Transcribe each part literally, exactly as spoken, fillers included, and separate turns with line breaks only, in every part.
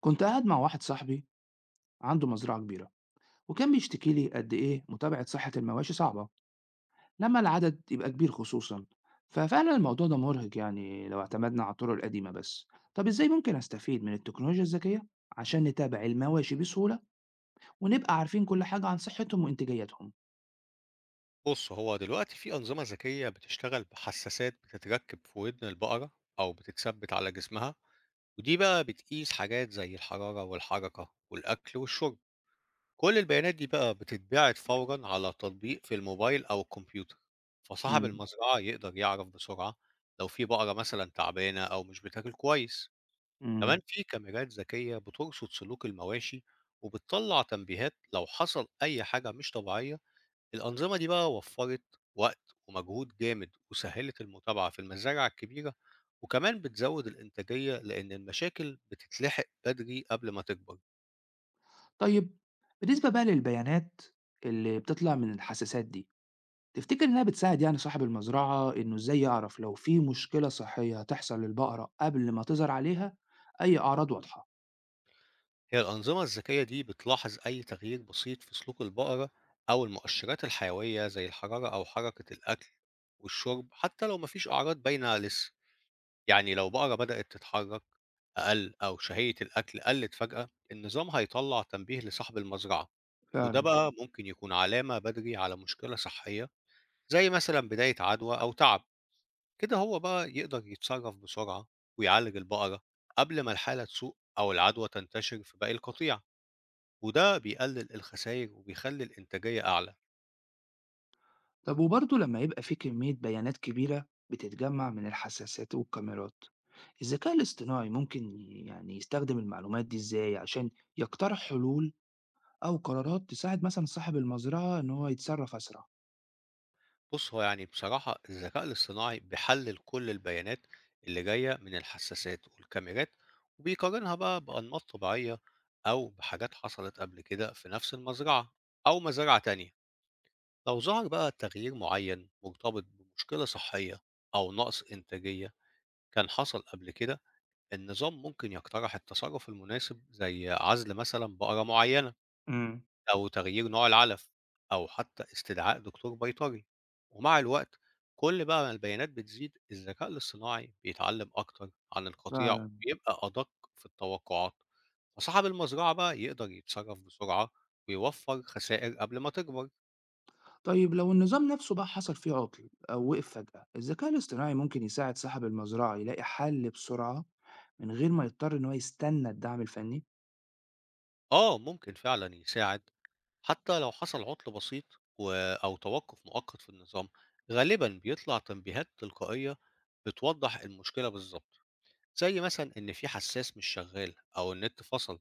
كنت قاعد مع واحد صاحبي عنده مزرعة كبيرة، وكان بيشتكي لي قد إيه متابعة صحة المواشي صعبة لما العدد يبقى كبير خصوصا. ففعلا الموضوع ده مرهق، يعني لو اعتمدنا على الطرق القديمة بس. طب إزاي ممكن أستفيد من التكنولوجيا الذكية عشان نتابع المواشي بسهولة ونبقى عارفين كل حاجة عن صحتهم وإنتاجيتهم؟
بص هو دلوقتي في أنظمة ذكية بتشتغل بحساسات بتتركب في ودن البقرة أو بتتثبت على جسمها ودي بقى بتقيس حاجات زي الحرارة والحركة والأكل والشرب كل البيانات دي بقى بتتبعت فورا على تطبيق في الموبايل أو الكمبيوتر فصاحب
مم.
المزرعة يقدر يعرف بسرعة لو في بقرة مثلا تعبانة أو مش بتاكل كويس كمان
مم.
في كاميرات ذكية بترصد سلوك المواشي وبتطلع تنبيهات لو حصل أي حاجة مش طبيعية الأنظمة دي بقى وفّرت وقت ومجهود جامد، وسهّلت المتابعة في المزارع الكبيرة، وكمان بتزوّد الإنتاجية لإن المشاكل بتتلحق بدري قبل ما تكبر.
طيب، بالنسبة بقى للبيانات اللي بتطلع من الحساسات دي، تفتكر إنها بتساعد يعني صاحب المزرعة إنه إزاي يعرف لو في مشكلة صحية هتحصل للبقرة قبل ما تظهر عليها أي أعراض واضحة؟
هي الأنظمة الذكية دي بتلاحظ أي تغيير بسيط في سلوك البقرة أو المؤشرات الحيوية زي الحرارة أو حركة الأكل والشرب حتى لو مفيش أعراض باينة لسه. يعني لو بقرة بدأت تتحرك أقل أو شهية الأكل قلت فجأة، النظام هيطلع تنبيه لصاحب المزرعة. وده
فعلا.
بقى ممكن يكون علامة بدري على مشكلة صحية زي مثلا بداية عدوى أو تعب كده هو بقى يقدر يتصرف بسرعة ويعالج البقرة قبل ما الحالة تسوء أو العدوى تنتشر في باقي القطيع وده بيقلل الخسائر وبيخلي الإنتاجية أعلى.
طب وبرضه لما يبقى في كمية بيانات كبيرة بتتجمع من الحساسات والكاميرات، الذكاء الاصطناعي ممكن ي- يعني يستخدم المعلومات دي إزاي عشان يقترح حلول أو قرارات تساعد مثلا صاحب المزرعة إن هو يتصرف أسرع؟
بص هو يعني بصراحة الذكاء الاصطناعي بيحلل كل البيانات اللي جاية من الحساسات والكاميرات وبيقارنها بقى بأنماط طبيعية أو بحاجات حصلت قبل كده في نفس المزرعة أو مزرعة تانية لو ظهر بقى تغيير معين مرتبط بمشكلة صحية أو نقص إنتاجية كان حصل قبل كده النظام ممكن يقترح التصرف المناسب زي عزل مثلا بقرة معينة
امم.
أو تغيير نوع العلف أو حتى استدعاء دكتور بيطري ومع الوقت كل بقى ما البيانات بتزيد الذكاء الاصطناعي بيتعلم أكتر عن القطيع
فعلا.
وبيبقى أدق في التوقعات فصاحب المزرعة بقى يقدر يتصرف بسرعة ويوفر خسائر قبل ما تكبر.
طيب لو النظام نفسه بقى حصل فيه عطل أو وقف فجأة، الذكاء الاصطناعي ممكن يساعد صاحب المزرعة يلاقي حل بسرعة من غير ما يضطر إن هو يستنى الدعم الفني؟
آه، ممكن فعلًا يساعد، حتى لو حصل عُطل بسيط و أو توقُّف مؤقت في النظام، غالبًا بيطلع تنبيهات تلقائية بتوضّح المشكلة بالضبط، زي مثلًا إن في حسّاس مش شغّال أو النت فصل.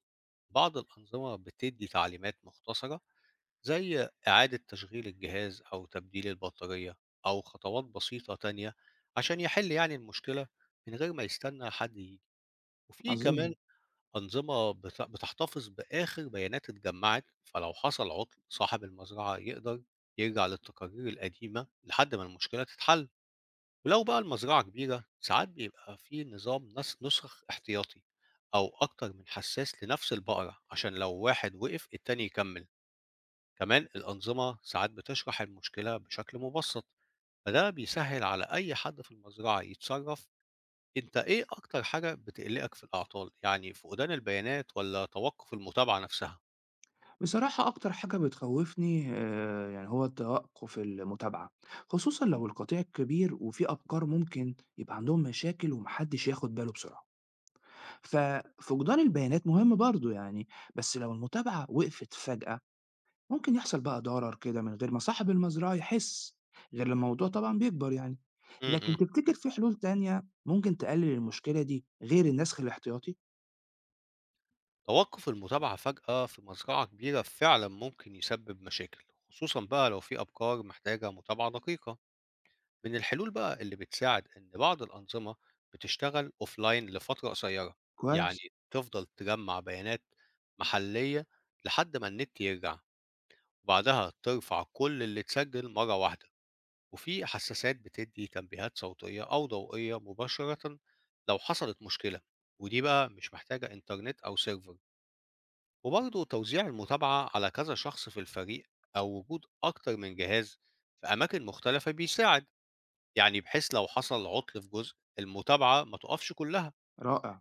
بعض الأنظمة بتدّي تعليمات مختصرة زي إعادة تشغيل الجهاز أو تبديل البطارية أو خطوات بسيطة تانية عشان يحِل يعني المشكلة من غير ما يستنى حد ييجي. وفي كمان
عظيم.
أنظمة بت- بتحتفظ بآخر بيانات اتجمعت فلو حصل عطل صاحب المزرعة يقدر يرجع للتقارير القديمة لحد ما المشكلة تتحل ولو بقى المزرعة كبيرة ساعات بيبقى في نظام نس- نسخ احتياطي أو أكتر من حساس لنفس البقرة عشان لو واحد وقف التاني يكمل. كمان الأنظمة ساعات بتشرح المشكلة بشكل مبسط فده بيسهل على أي حد في المزرعة يتصرف. أنت إيه أكتر حاجة بتقلقك في الأعطال؟ يعني فقدان البيانات والّا توقف المتابعة نفسها؟
بصراحة أكتر حاجة بتخوفني آه، يعني هو التوقف المتابعة، خصوصا لو القطيع كبير وفي أفكار ممكن يبقى عندهم مشاكل ومحدش ياخد باله بسرعة. ففقدان البيانات مهم برضو يعني، بس لو المتابعة وقفت فجأة ممكن يحصل بقى ضرر كده من غير ما صاحب المزرعة يحس غير لما الموضوع طبعا بيكبر يعني.
إمم،
لكن
إمم.
تفتكر في حلول تانية ممكن تقلل المشكلة دي غير النسخ الاحتياطي؟
توقف المتابعة فجأة في مزرعة كبيرة فعلًا ممكن يسبب مشاكل، خصوصًا بقى لو في أبقار محتاجة متابعة دقيقة. من الحلول بقى اللي بتساعد إن بعض الأنظمة بتشتغل offline لفترة قصيرة، يعني
كويس.
تفضل تجمّع بيانات محلية لحد ما النت يرجع، وبعدها ترفع كل اللي اتسجل مرة واحدة. وفي حساسات بتدي تنبيهات صوتية أو ضوئية مباشرة لو حصلت مشكلة ودي بقى مش محتاجة إنترنت أو سيرفر. وبرضه توزيع المتابعة على كذا شخص في الفريق أو وجود أكتر من جهاز في أماكن مختلفة بيساعد، يعني بحيث لو حصل عطل في جزء المتابعة ما تقفش كلها.
رائع.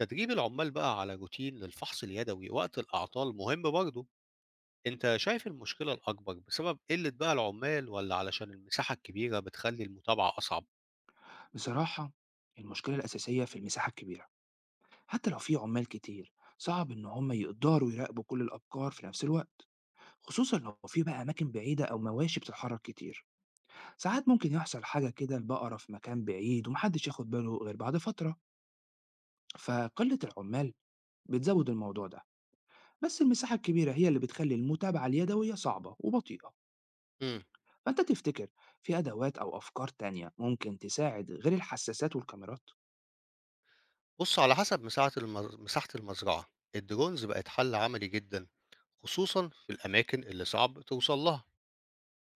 تدريب العمال بقى على روتين للفحص اليدوي وقت الأعطال مهم برضه. أنت شايف المشكلة الأكبر بسبب قلة بقى العمال ولا علشان المساحة الكبيرة بتخلي المتابعة أصعب؟
بصراحة المشكلة الأساسية في المساحة الكبيرة، حتى لو في عمال كتير صعب إن هم يقدروا يراقبوا كل الأبقار في نفس الوقت، خصوصا لو في بقى أماكن بعيدة أو مواشي بتتحرك كتير. ساعات ممكن يحصل حاجة كده، البقرة في مكان بعيد ومحدش ياخد باله غير بعد فترة. فقلة العمال بتزود الموضوع ده، بس المساحة الكبيرة هي اللي بتخلي المتابعة اليدوية صعبة وبطيئة.
مم.
فأنت تفتكر في أدوات أو أفكار تانية ممكن تساعد غير الحساسات والكاميرات؟
بص على حسب مساحة المز... مساحة المزرعة الدرونز بقت حل عملي جدا خصوصا في الأماكن اللي صعب توصل لها.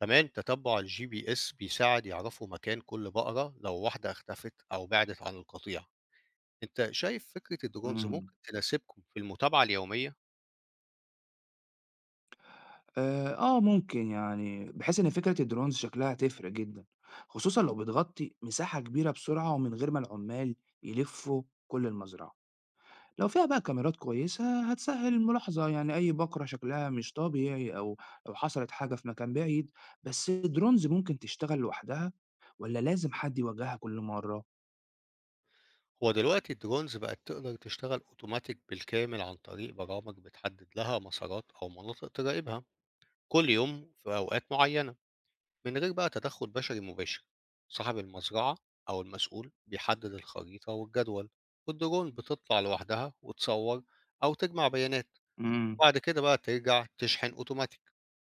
كمان تتبع الجي بي اس بيساعد يعرفوا مكان كل بقرة لو واحدة اختفت أو بعدت عن القطيع. انت شايف فكرة الدرونز
امم.
ممكن تناسبكم في المتابعة اليومية؟
آه، آه، ممكن يعني، بحيث إن فكرة الدرونز شكلها تفرق جدا خصوصا لو بتغطي مساحة كبيرة بسرعة ومن غير ما العمال يلفوا كل المزرعة. لو فيها بقى كاميرات كويسة هتسهل الملاحظة يعني أي بقرة شكلها مش طبيعي أو لو حصلت حاجة في مكان بعيد. بس الدرونز ممكن تشتغل لوحدها ولا لازم حد يوجهها كل مرة؟
هو دلوقتي الدرونز بقت تقدر تشتغل اوتوماتيك بالكامل عن طريق برامج بتحدد لها مسارات أو مناطق تراقبها كل يوم في أوقات معينة من غير بقى تدخل بشري مباشر. صاحب المزرعة أو المسؤول بيحدد الخريطة والجدول والدرون بتطلع لوحدها وتصور أو تجمع بيانات
امم.
وبعد كده بقى ترجع تشحن أوتوماتيك.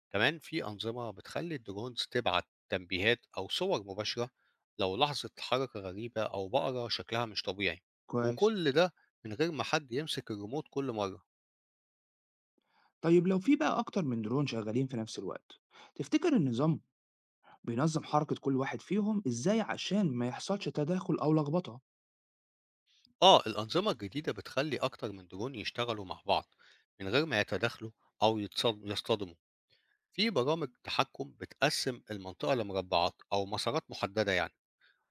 كمان في أنظمة بتخلي الدرونز تبعت تنبيهات أو صور مباشرة لو لاحظت حركة غريبة أو بقرة شكلها مش طبيعي
كويس.
وكل ده من غير ما حد يمسك الريموت كل مرة.
طيب لو في بقى أكتر من درون شغالين في نفس الوقت، تفتكر النظام بينظم حركة كل واحد فيهم إزاي عشان ما يحصلش تداخل أو لخبطة؟
آه الأنظمة الجديدة بتخلي أكتر من درون يشتغلوا مع بعض من غير ما يتداخلوا أو يتصاد- يصطدموا. في برامج تحكم بتقسم المنطقة لمربعات أو مسارات محددة يعني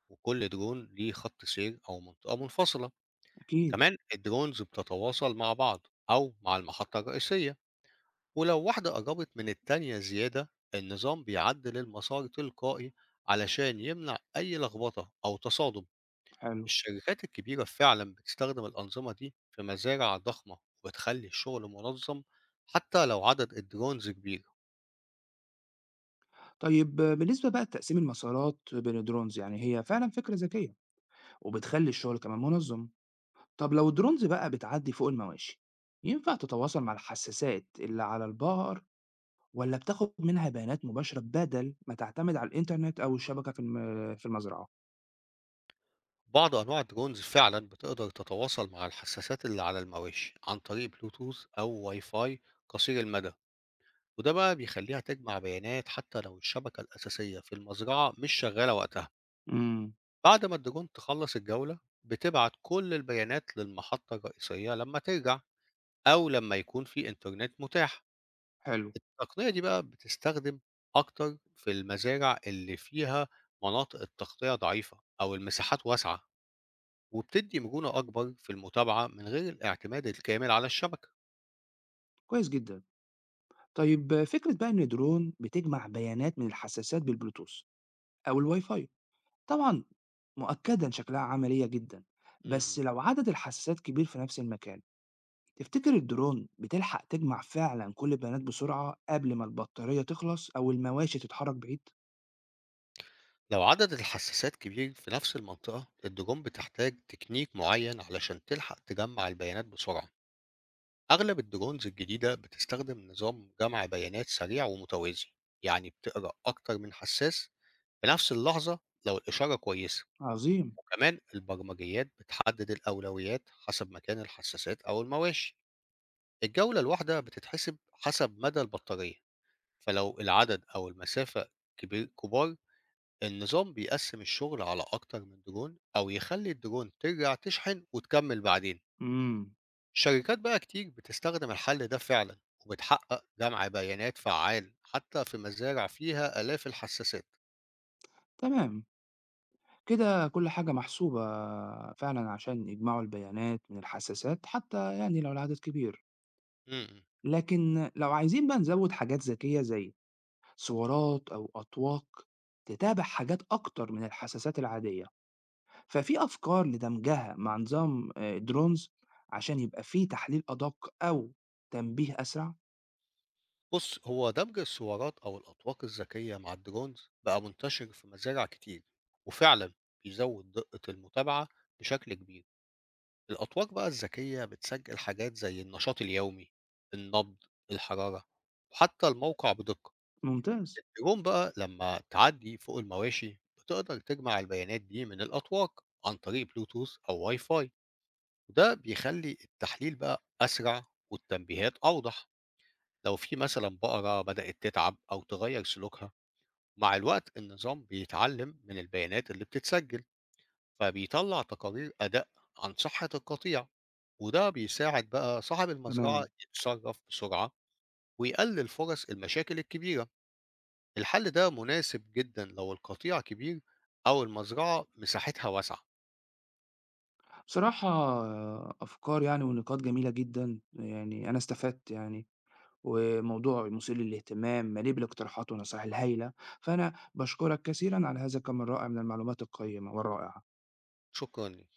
وكل درون ليه خط سير أو منطقة منفصلة.
أكيد.
كمان الدرونز بتتواصل مع بعض أو مع المحطة الرئيسية ولو واحدة قربت من التانية زيادة النظام بيعدل المسار تلقائي علشان يمنع أي لخبطة أو تصادم.
حلو.
الشركات الكبيرة فعلا بتستخدم الأنظمة دي في مزارع ضخمة وبتخلي الشغل منظم حتى لو عدد الدرونز كبير.
طيب آه، بالنسبة بقى لتقسيم المسارات بين الدرونز، يعني هي فعلا فكرة ذكية وبتخلي الشغل كمان منظم. طب لو الدرونز بقى بتعدي فوق المواشي، ينفع تتواصل مع الحساسات اللي على البقر ولا بتاخد منها بيانات مباشرة بدل ما تعتمد على الإنترنت أو الشبكة في الم- في المزرعة؟
بعض أنواع الدرونز فعلا بتقدر تتواصل مع الحساسات اللي على المواشي عن طريق بلوتوث أو واي فاي قصير المدى وده بقى بيخليها تجمع بيانات حتى لو الشبكة الأساسية في المزرعة مش شغالة وقتها.
امم.
بعد ما الدرون تخلص الجولة بتبعت كل البيانات للمحطة الرئيسية لما ترجع أو لما يكون في إنترنت متاح.
حلو.
التقنية دي بقى بتستخدم أكتر في المزارع اللي فيها مناطق التغطية ضعيفة أو المساحات واسعة وبتدي مرونة أكبر في المتابعة من غير الاعتماد الكامل على الشبكة.
كويس جدا. طيب فكرة بقى إن الدرون بتجمع بيانات من الحساسات بالبلوتوث أو الواي فاي، طبعا مؤكدا شكلها عملية جدا. بس
م-م.
لو عدد الحساسات كبير في نفس المكان، تفتكر الدرون بتلحق تجمع فعلا كل البيانات بسرعة قبل ما البطارية تخلص أو المواشي تتحرك بعيد؟
لو عدد الحساسات كبير في نفس المنطقة الدرون بتحتاج تكنيك معين علشان تلحق تجمع البيانات بسرعة. أغلب الدرونز الجديدة بتستخدم نظام جمع بيانات سريع ومتوازي يعني بتقرأ أكتر من حساس في نفس اللحظة لو الإشارة كويسة.
عظيم.
وكمان البرمجيات بتحدد الأولويات حسب مكان الحساسات أو المواشي. الجولة الواحدة بتتحسب حسب مدى البطارية فلو العدد أو المسافة كبير كبار النظام بيقسم الشغل على أكتر من درون أو يخلي الدرون ترجع تشحن وتكمل بعدين.
إمم.
شركات بقى كتير بتستخدم الحل ده فعلا وبتحقق جمع بيانات فعال حتى في مزارع فيها آلاف الحساسات.
تمام. كده كل حاجة محسوبة فعلًا عشان يجمعوا البيانات من الحساسات حتى يعني لو العدد كبير.
م-م.
لكن لو عايزين بقى نزوّد حاجات ذكية زي صورات أو أطواق تتابع حاجات أكتر من الحساسات العادية، ففي أفكار لدمجها مع نظام آآ drones عشان يبقى في تحليل أدق أو تنبيه أسرع؟
بص هو دمج السوارات أو الأطواق الذكية مع الدرونز بقى منتشر في مزارع كتير وفعلا بيزود دقة المتابعة بشكل كبير. الأطواق بقى الذكية بتسجل حاجات زي النشاط اليومي، النبض، الحرارة، وحتى الموقع بدقة.
ممتاز.
الدرون بقى لما تعدي فوق المواشي بتقدر تجمع البيانات دي من الأطواق عن طريق بلوتوث أو واي فاي، وده بيخلي التحليل بقى أسرع والتنبيهات أوضح. لو في مثلا بقرة بدأت تتعب أو تغير سلوكها، مع الوقت النظام بيتعلم من البيانات اللي بتتسجل، فبيطلع تقارير أداء عن صحة القطيع وده بيساعد بقى صاحب المزرعة مم.
تمام.
يتصرف بسرعة ويقلل فرص المشاكل الكبيرة. الحل ده مناسب جدا لو القطيع كبير أو المزرعة مساحتها واسعة.
بصراحة آه، أفكار يعني ونقاط جميلة جدًا، يعني أنا استفدت يعني. وموضوع مثير للاهتمام مليء بالاقتراحات والنصائح الهايلة. فأنا بشكرك كثيرا على هذا الكم الرائع من المعلومات القيمة والرائعة.
شكرا ليك.